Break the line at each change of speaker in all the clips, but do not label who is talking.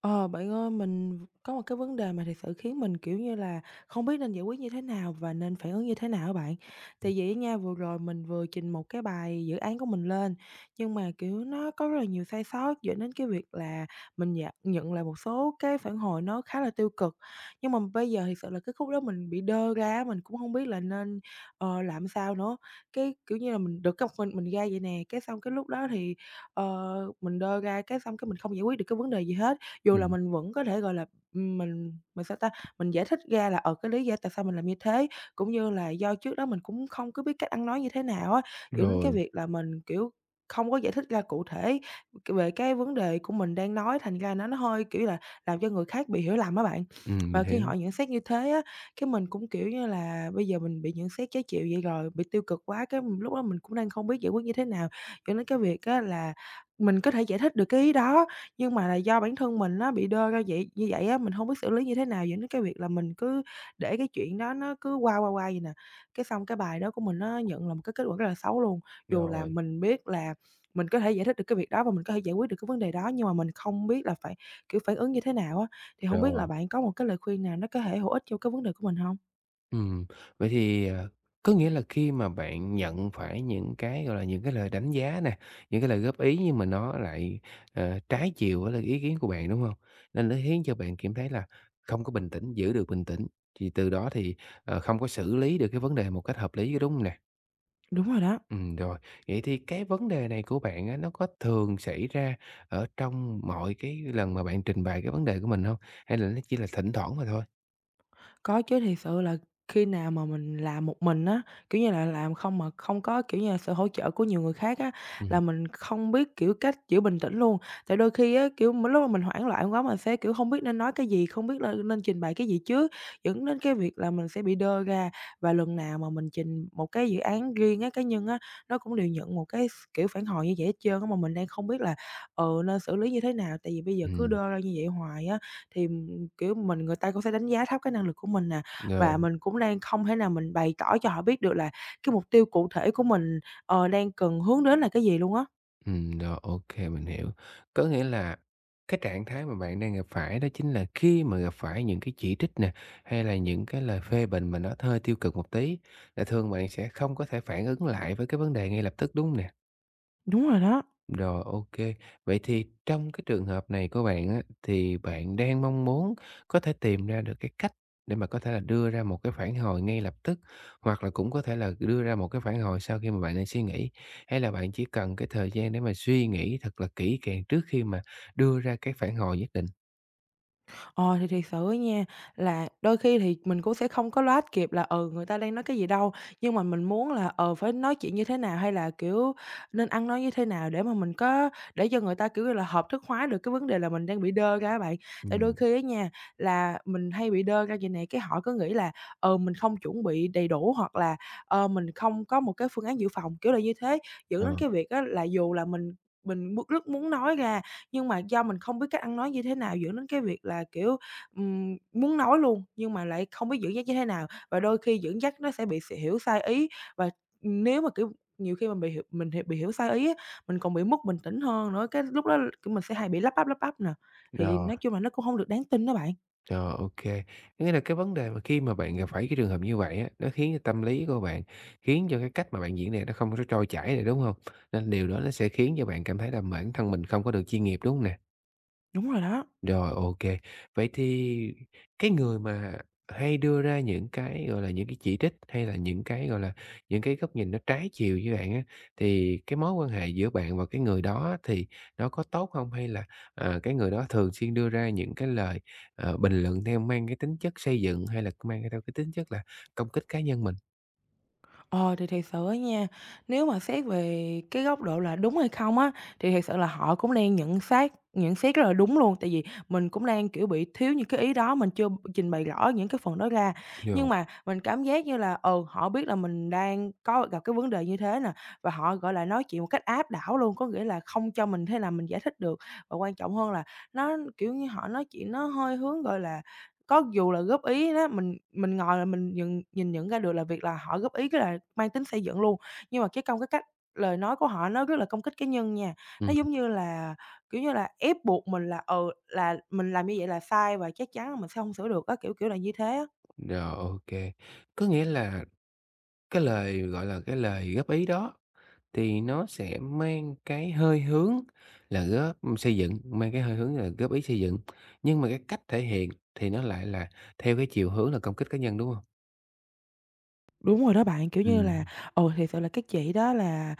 Ờ, Bạn ơi, mình có một cái vấn đề mà thiệt sự khiến mình, kiểu như là, không biết nên giải quyết như thế nào và nên phản ứng như thế nào các bạn. Tại vì á nha, vừa rồi mình vừa trình một cái bài dự án của mình lên, nhưng mà, kiểu, nó có rất là nhiều sai sót dẫn đến cái việc là mình nhận nhận lại một số cái phản hồi nó khá là tiêu cực. Nhưng mà bây giờ thiệt sự là cái khúc đó mình bị đơ ra mình cũng không biết là nên làm sao nữa. Cái, kiểu như là, mình bực cọc mình ra vậy nè, cái xong cái lúc đó thì, ờ, mình đơ ra, cái xong cái mình không giải quyết được cái vấn đề gì hết. Dù là
Ừm,
mình vẫn có thể, gọi là, mình mình, sao ta, mình giải thích ra là, ở cái lý do tại sao mình làm như thế, cũng như là do trước đó mình cũng không có biết cách ăn nói như thế nào á, dẫn đến cái
rồi,
việc là mình, kiểu, không có giải thích ra cụ thể về cái vấn đề của mình đang nói, thành ra nó hơi, kiểu là, làm cho người khác bị hiểu lầm á bạn.
mình
Và khi họ
hiểu.
nhận xét như thế á, cái mình cũng, kiểu như là, bây giờ mình bị nhận xét trái chiều vậy rồi, bị tiêu cực quá, cái lúc đó mình cũng đang không biết giải quyết như thế nào, dẫn đến cái việc á là mình có thể giải thích được cái ý đó, nhưng mà là do bản thân mình nó bị đơ ra vậy như vậy á, mình hông biết xử lý như thế nào dẫn đến cái việc là mình cứ để cái chuyện đó nó cứ qua, qua, qua vậy nè. Cái xong cái bài đó của mình nó nhận là một cái kết quả rất là xấu luôn, dù là
Rồi.
mình biết là mình có thể giải thích được cái việc đó và mình có thể giải quyết được cái vấn đề đó, nhưng mà mình không biết là phải, kiểu, phản ứng như thế nào á. Thì hông biết là
Rồi,
bạn có một cái lời khuyên nào nó có thể hữu ích cho cái vấn đề của mình hông?
ừm, vậy thì, có nghĩa là khi mà bạn nhận phải những cái, gọi là, những cái lời đánh giá nè, những cái lời góp ý nhưng mà nó lại, trái chiều với lại ý kiến của bạn, đúng hông? Nên nó khiến cho bạn cảm thấy là không có bình tĩnh, giữ được bình tĩnh, thì từ đó thì, không có xử lý được cái vấn đề một cách hợp lý, có đúng hông nè?
Đúng rồi đó.
Rồi. Vậy thì cái vấn đề này của bạn á, nó có thường xảy ra ở trong mọi cái lần mà bạn trình bày cái vấn đề của mình không? Hay là nó chỉ là thỉnh thoảng mà thôi?
Có chứ, thì sự là khi nào mà mình làm một mình á, kiểu như là, làm không mà không có, kiểu như là, sự hỗ trợ của nhiều người khác á,
Ừm.
là mình không biết, kiểu, cách giữ bình tĩnh luôn. Tại đôi khi á, kiểu, lúc mà mình hoảng loạn quá mình sẽ, kiểu, không biết nên nói cái gì, không biết lên nên trình bày cái gì trước, dẫn đến cái việc là mình sẽ bị đơ ra. Và lần nào mà mình trình một cái dự án riêng á, cá nhân á, nó cũng đều nhận một cái kiểu, phản hồi như vậy hết trơn á, mà mình đang không biết là nên xử lý như thế nào, tại vì bây giờ cứ
Ừm,
đơ ra như vậy hoài á, thì, kiểu, người ta cũng sẽ đánh giá thấp cái năng lực của mình nè, và
rồi,
mình cũng đang không thể nào mình bày tỏ cho họ biết được là cái mục tiêu cụ thể của mình đang cần hướng đến là cái gì luôn á.
rồi, ok, mình hiểu. Có nghĩa là cái trạng thái mà bạn đang gặp phải đó chính là khi mà gặp phải những cái chỉ trích nè, hay là những cái lời phê bình mà nó hơi tiêu cực một tí, là thường bạn sẽ không có thể phản ứng lại với cái vấn đề ngay lập tức, đúng nè?
Đúng rồi đó.
Rồi, ok. Vậy thì trong cái trường hợp này của bạn á, thì bạn đang mong muốn có thể tìm ra được cái cách để mà có thể là đưa ra một cái phản hồi ngay lập tức, hoặc là cũng có thể là đưa ra một cái phản hồi sau khi mà bạn đang suy nghĩ, hay là bạn chỉ cần cái thời gian để mà suy nghĩ thật là kỹ càng trước khi mà đưa ra cái phản hồi nhất định?
Ờ, thì thiệt sự á nha, là đôi khi thì mình cũng sẽ không có loát kịp là, ừ, người ta đang nói cái gì đâu, nhưng mà mình muốn là phải nói chuyện như thế nào hay là, kiểu, nên ăn nói như thế nào để mà mình có để cho người ta, kiểu như là, hợp thức hóa được cái vấn đề là mình đang bị đơ ra á bạn. Tại đôi
Ừm,
khi á nha, là mình hay bị đơ ra vậy này cái họ cứ nghĩ là mình không chuẩn bị đầy đủ hoặc là mình không có một cái phương án dự phòng, kiểu là như thế, dẫn
ờ,
đến cái việc á là dù là mình rất muốn nói ra nhưng mà do mình không biết cách ăn nói như thế nào dẫn đến cái việc là, kiểu, muốn nói luôn, nhưng mà lại không biết dẫn dắt như thế nào, và đôi khi dẫn dắt nó sẽ bị hiểu sai ý. Và nếu mà, kiểu, nhiều khi mình bị hiểu sai ý á, mình còn bị mất bình tĩnh hơn nữa, cái lúc đó, kiểu, mình sẽ hay bị lắp bắp nè, thì
rồi.
nói chung là nó cũng hông được đáng tin đó bạn.
Rồi, ok. Có nghĩa là cái vấn đề mà khi mà bạn gặp phải cái trường hợp như vậy á, nó khiến cho tâm lý của bạn, khiến cho cái cách mà bạn diễn này nó không có trôi chảy này, đúng không? Nên điều đó nó sẽ khiến cho bạn cảm thấy là bản thân mình không có được chuyên nghiệp, đúng hông nè?
Đúng rồi đó.
Rồi, ok. Vậy thì cái người mà hay đưa ra những cái, gọi là, những cái chỉ trích hay là những cái, gọi là, những cái góc nhìn nó trái chiều với bạn á, thì cái mối quan hệ giữa bạn và cái người đó thì nó có tốt không? Hay là, cái người đó thường xuyên đưa ra những cái lời, bình luận theo mang cái tính chất xây dựng hay là mang theo cái tính chất là công kích cá nhân mình?
Ờ, thì thiệt sự á nha, nếu mà xét về cái góc độ là đúng hay không á, thì thiệt sự là họ cũng đang nhận xét rất là đúng luôn, tại vì mình cũng đang, kiểu, bị thiếu những cái ý đó, mình chưa trình bày rõ những cái phần đó ra.
Rồi,
Nhưng mà mình cảm giác như là, ừ, họ biết là mình đang có gặp cái vấn đề như thế nè, và họ, gọi là, nói chuyện một cách áp đảo luôn, có nghĩa là không cho mình thế nào mình giải thích được. Và quan trọng hơn là nó, kiểu như, họ nói chuyện nó hơi hướng, gọi là có dù là góp ý đó, mình ngồi là mình nhìn nhận ra được là việc là họ góp ý cái là mang tính xây dựng luôn, nhưng mà cái cách lời nói của họ nó rất là công kích cá nhân nha. Nó
ừm,
giống như là, kiểu như là, ép buộc mình là, ừ, là mình làm như vậy là sai và chắc chắn là mình sẽ không sửa được á, kiểu, kiểu là như thế á.
rồi, ok. Có nghĩa là cái lời, gọi là, cái lời góp ý đó thì nó sẽ mang cái hơi hướng là góp xây dựng, mang cái hơi hướng là góp ý xây dựng, nhưng mà cái cách thể hiện thì nó lại là theo cái chiều hướng là công kích cá nhân, đúng hông?
Đúng rồi đó bạn, kiểu như là,
Ừm,
ừ, thì sự là các chị đó là,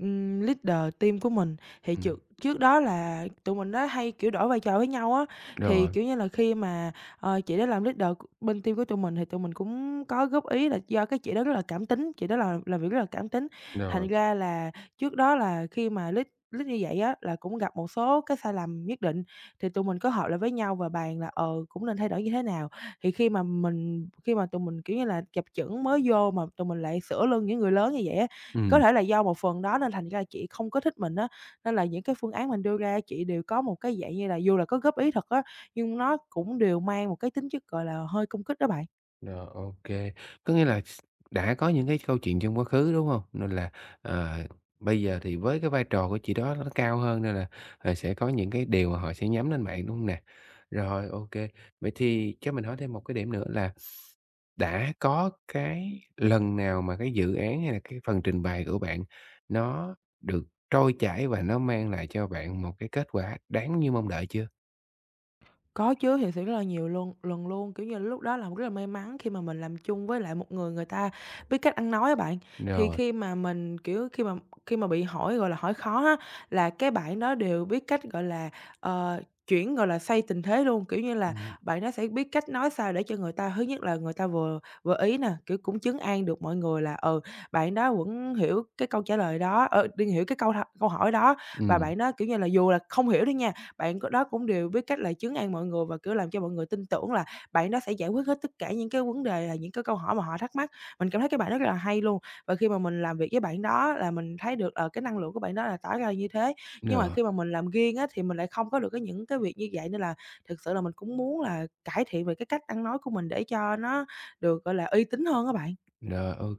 leader team của mình, thì
ừm,
trước trước đó là tụi mình á hay, kiểu, đổi vai trò với nhau á. Thì,
rồi,
kiểu như là, khi mà chị đó làm leader bên team của tụi mình thì tụi mình cũng có góp ý là do cái chị đó rất là cảm tính, chị đó là làm việc rất là cảm tính.
rồi,
Thành ra là trước đó là khi mà lead lead như vậy á là cũng gặp một số cái sai lầm nhất định, thì tụi mình có họp lại với nhau và bàn là cũng nên thay đổi như thế nào. Thì khi mà tụi mình, kiểu như là, chập chững mới vô mà tụi mình lại sửa lưng những người lớn như vậy á, có
ừm,
thể là do một phần đó nên thành ra chị không có thích mình á. Nên là những cái phương án mình đưa ra chị đều có một cái dạng như là dù là có góp ý thật á, nhưng nó cũng đều mang một cái tính chất, gọi là, hơi công kích đó bạn.
rồi, ô kê. Có nghĩa là đã có những cái câu chuyện trong quá khứ, đúng hông? Nên là, ờ, bây giờ thì với cái vai trò của chị đó nó cao hơn nên là, sẽ có những cái điều mà họ sẽ nhắm đến bạn, đúng hông nè? Rồi, ô kê. Vậy thì cho mình hỏi thêm một cái điểm nữa là đã có cái lần nào mà cái dự án hay là cái phần trình bày của bạn nó được trôi chảy và nó mang lại cho bạn một cái kết quả đáng như mong đợi chưa?
Có chứ, thiệt sự rất là nhiều luôn lần luôn, kiểu như, lúc đó là rất là may mắn khi mà mình làm chung với lại một người người ta biết cách ăn nói á bạn. Thì
Rồi,
khi mà mình, kiểu, khi mà bị hỏi, gọi là, hỏi khó á, là cái bạn đó đều biết cách, gọi là, ờ, chuyển, gọi là, xoay tình thế luôn. Kiểu như là,
ừm,
bạn nó sẽ biết cách nói sao để cho người ta thứ nhất là người ta vừa vừa ý nè, kiểu, cũng chứng an được mọi người là, ừ, bạn đó vẫn hiểu cái câu trả lời đó, đương hiểu cái câu câu hỏi đó. Và
ừm,
bạn đó, kiểu như là, dù là không hiểu đi nha, bạn có đó cũng đều biết cách là trấn an mọi người và, kiểu, làm cho mọi người tin tưởng là bạn đó sẽ giải quyết hết tất cả những cái vấn đề, là những cái câu hỏi mà họ thắc mắc. Mình cảm thấy cái bạn rất là hay luôn, và khi mà mình làm việc với bạn đó là mình thấy được cái năng lượng của bạn đó là tỏ ra như thế. Nhưng mà
rồi,
khi mà mình làm riêng á thì mình lại không có được cái những cái việc như vậy nên là thực sự là mình cũng muốn là cải thiện về cái cách ăn nói của mình để cho nó được, gọi là, uy tín hơn các bạn.
rồi,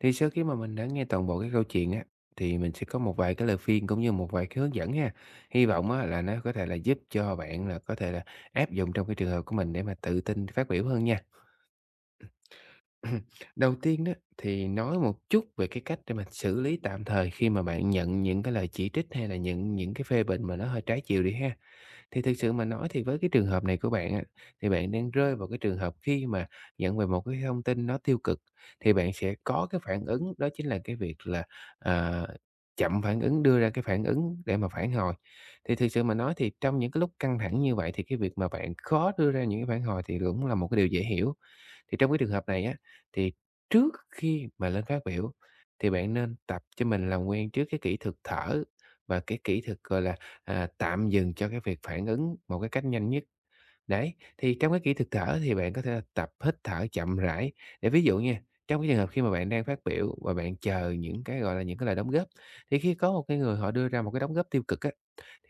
thì sau khi mà mình đã nghe toàn bộ cái câu chuyện á, thì mình sẽ có một vài cái lời khuyên cũng như một vài cái hướng dẫn ha. Hy vọng á là nó có thể là giúp cho bạn là có thể là áp dụng trong cái trường hợp của mình để mà tự tin phát biểu hơn nha. Đầu tiên đó thì nói một chút về cái cách để mà xử lý tạm thời khi mà bạn nhận những cái lời chỉ trích hay là những cái phê bình mà nó hơi trái chiều đi ha. Thì thực sự mà nói thì với cái trường hợp này của bạn á, thì bạn đang rơi vào cái trường hợp khi mà nhận về một cái thông tin nó tiêu cực, thì bạn sẽ có cái phản ứng đó chính là cái việc là, ờ, chậm phản ứng, đưa ra cái phản ứng để mà phản hồi. Thì thực sự mà nói thì trong những cái lúc căng thẳng như vậy thì cái việc mà bạn khó đưa ra những cái phản hồi thì cũng là một cái điều dễ hiểu. Thì trong cái trường hợp này á, thì trước khi mà lên phát biểu thì bạn nên tập cho mình làm quen trước cái kỹ thuật thở và cái kỹ thuật, gọi là, tạm dừng cho cái việc phản ứng một cái cách nhanh nhất. Đấy, thì trong cái kỹ thuật thở thì bạn có thể là tập hít thở chậm rãi để ví dụ nha, trong cái trường hợp khi mà bạn đang phát biểu và bạn chờ những cái, gọi là, những cái lời đóng góp, thì khi có một cái người họ đưa ra một cái đóng góp tiêu cực á,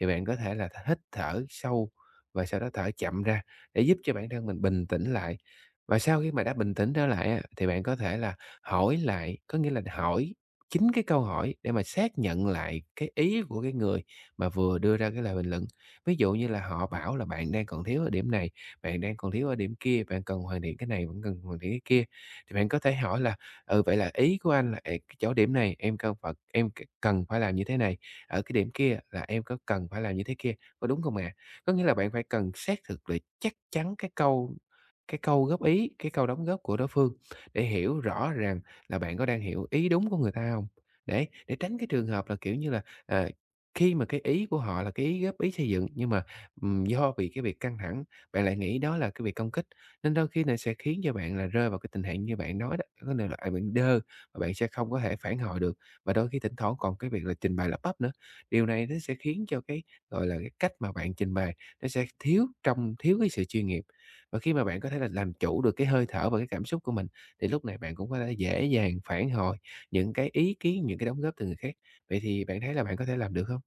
thì bạn có thể là hít thở sâu và sau đó thở chậm ra để giúp cho bản thân mình bình tĩnh lại. Và sau khi mà đã bình tĩnh trở lại á, thì bạn có thể là hỏi lại, có nghĩa là hỏi chính cái câu hỏi để mà xác nhận lại cái ý của cái người mà vừa đưa ra cái lời bình luận. Ví dụ như là họ bảo là bạn đang còn thiếu ở điểm này, bạn đang còn thiếu ở điểm kia, bạn cần hoàn thiện cái này, bạn cần hoàn thiện cái kia. Thì bạn có thể hỏi là: "Ừ, vậy là ý của anh là, cái chỗ điểm này em cần phải làm như thế này, ở cái điểm kia là em có cần phải làm như thế kia, có đúng không ạ?" Có nghĩa là bạn phải cần xác thực để chắc chắn cái câu góp ý, cái câu đóng góp của đối phương để hiểu rõ rằng là bạn có đang hiểu ý đúng của người ta không, để tránh cái trường hợp là, kiểu như là, khi mà cái ý của họ là cái ý góp ý xây dựng, nhưng mà, do vì cái việc căng thẳng, bạn lại nghĩ đó là cái việc công kích, nên đôi khi này sẽ khiến cho bạn là rơi vào cái tình trạng như bạn nói đó, có nghĩa là, bạn đơ và bạn sẽ không có thể phản hồi được, và đôi khi thỉnh thoảng còn cái việc là trình bày lắp bắp nữa. Điều này nó sẽ khiến cho cái, gọi là, cái cách mà bạn trình bày nó sẽ thiếu cái sự chuyên nghiệp. Và khi mà bạn có thể là làm chủ được cái hơi thở và cái cảm xúc của mình, thì lúc này bạn cũng có thể dễ dàng phản hồi những cái ý kiến, những cái đóng góp từ người khác. Vậy thì bạn thấy là bạn có thể làm được không?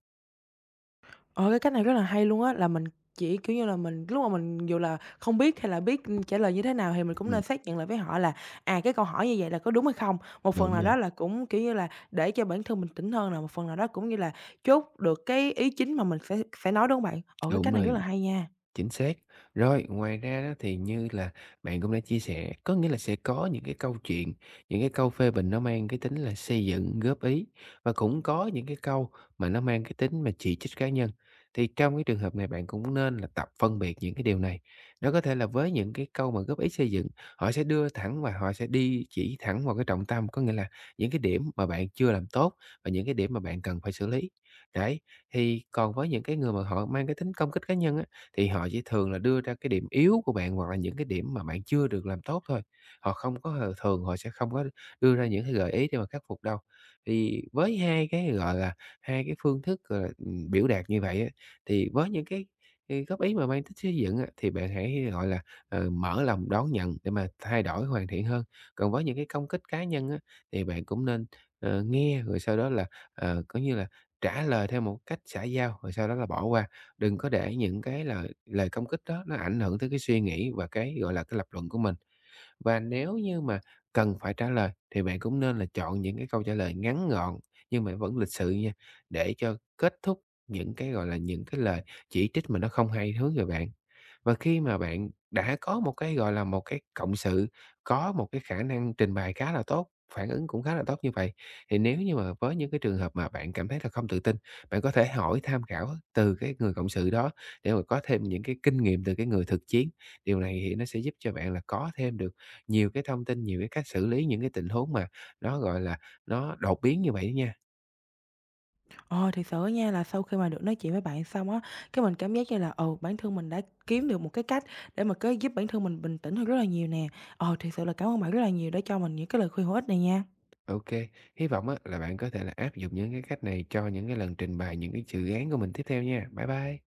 Ờ, cái cách này rất là hay luôn á, là mình chỉ, kiểu như là, mình lúc mà mình dù là không biết hay là biết, trả lời như thế nào thì mình cũng
Ừm,
nên xác nhận lại với họ là, à, cái câu hỏi như vậy là có đúng hay không. Một phần
đúng
nào
rồi,
đó là cũng, kiểu như là, để cho bản thân mình tỉnh hơn là một phần nào đó cũng như là chốt được cái ý chính mà mình sẽ nói, đúng hông bạn? Ờ, cái
đúng
cách này rất
rồi.
là hay nha.
Chính xác. Rồi, ngoài ra đó thì như là bạn cũng đã chia sẻ, có nghĩa là sẽ có những cái câu chuyện, những cái câu phê bình nó mang cái tính là xây dựng, góp ý và cũng có những cái câu mà nó mang cái tính mà chỉ trích cá nhân. Thì trong cái trường hợp này bạn cũng nên là tập phân biệt những cái điều này. Nó có thể là với những cái câu mà góp ý xây dựng, họ sẽ đưa thẳng và họ sẽ đi chỉ thẳng vào cái trọng tâm, có nghĩa là những cái điểm mà bạn chưa làm tốt và những cái điểm mà bạn cần phải xử lý. Đấy, thì còn với những cái người mà họ mang cái tính công kích cá nhân á thì họ chỉ thường là đưa ra cái điểm yếu của bạn hoặc là những cái điểm mà bạn chưa được làm tốt thôi. Họ không có thường họ sẽ không có đưa ra những cái gợi ý để mà khắc phục đâu. Thì với hai cái, gọi là, hai cái phương thức, gọi là, biểu đạt như vậy á, thì với những cái, góp ý mà mang tính xây dựng á, thì bạn hãy, gọi là, mở lòng đón nhận để mà thay đổi hoàn thiện hơn. Còn với những cái công kích cá nhân á, thì bạn cũng nên, nghe rồi sau đó là, coi như là, trả lời theo một cách xã giao, rồi sau đó là bỏ qua. Đừng có để những cái lời lời công kích đó nó ảnh hưởng tới cái suy nghĩ và cái, gọi là, cái lập luận của mình. Và nếu như mà cần phải trả lời thì bạn cũng nên là chọn những cái câu trả lời ngắn gọn nhưng mà vẫn lịch sự nha, để cho kết thúc những cái, gọi là, những cái lời chỉ trích mà nó không hay hướng về bạn. Và khi mà bạn đã có một cái, gọi là, một cái cộng sự, có một cái khả năng trình bày khá là tốt, phản ứng cũng khá là tốt như vậy, thì nếu như mà với những cái trường hợp mà bạn cảm thấy là không tự tin, bạn có thể hỏi tham khảo từ cái người cộng sự đó để mà có thêm những cái kinh nghiệm từ cái người thực chiến. Điều này thì nó sẽ giúp cho bạn là có thêm được nhiều cái thông tin, nhiều cái cách xử lý những cái tình huống mà nó, gọi là, nó đột biến như vậy nha.
Ờ, thì sự nha, là sau khi mà được nói chuyện với bạn xong á, cái mình cảm giác như là, ừ, bản thân mình đã kiếm được một cái cách để mà có giúp bản thân mình bình tĩnh hơn rất là nhiều nè. Thì sự là cảm ơn bạn rất là nhiều đã cho mình những cái lời khuyên hữu ích này nha.
Ok, hy vọng á là bạn có thể là áp dụng những cái cách này cho những cái lần trình bày những cái dự án của mình tiếp theo nha. Bye bye.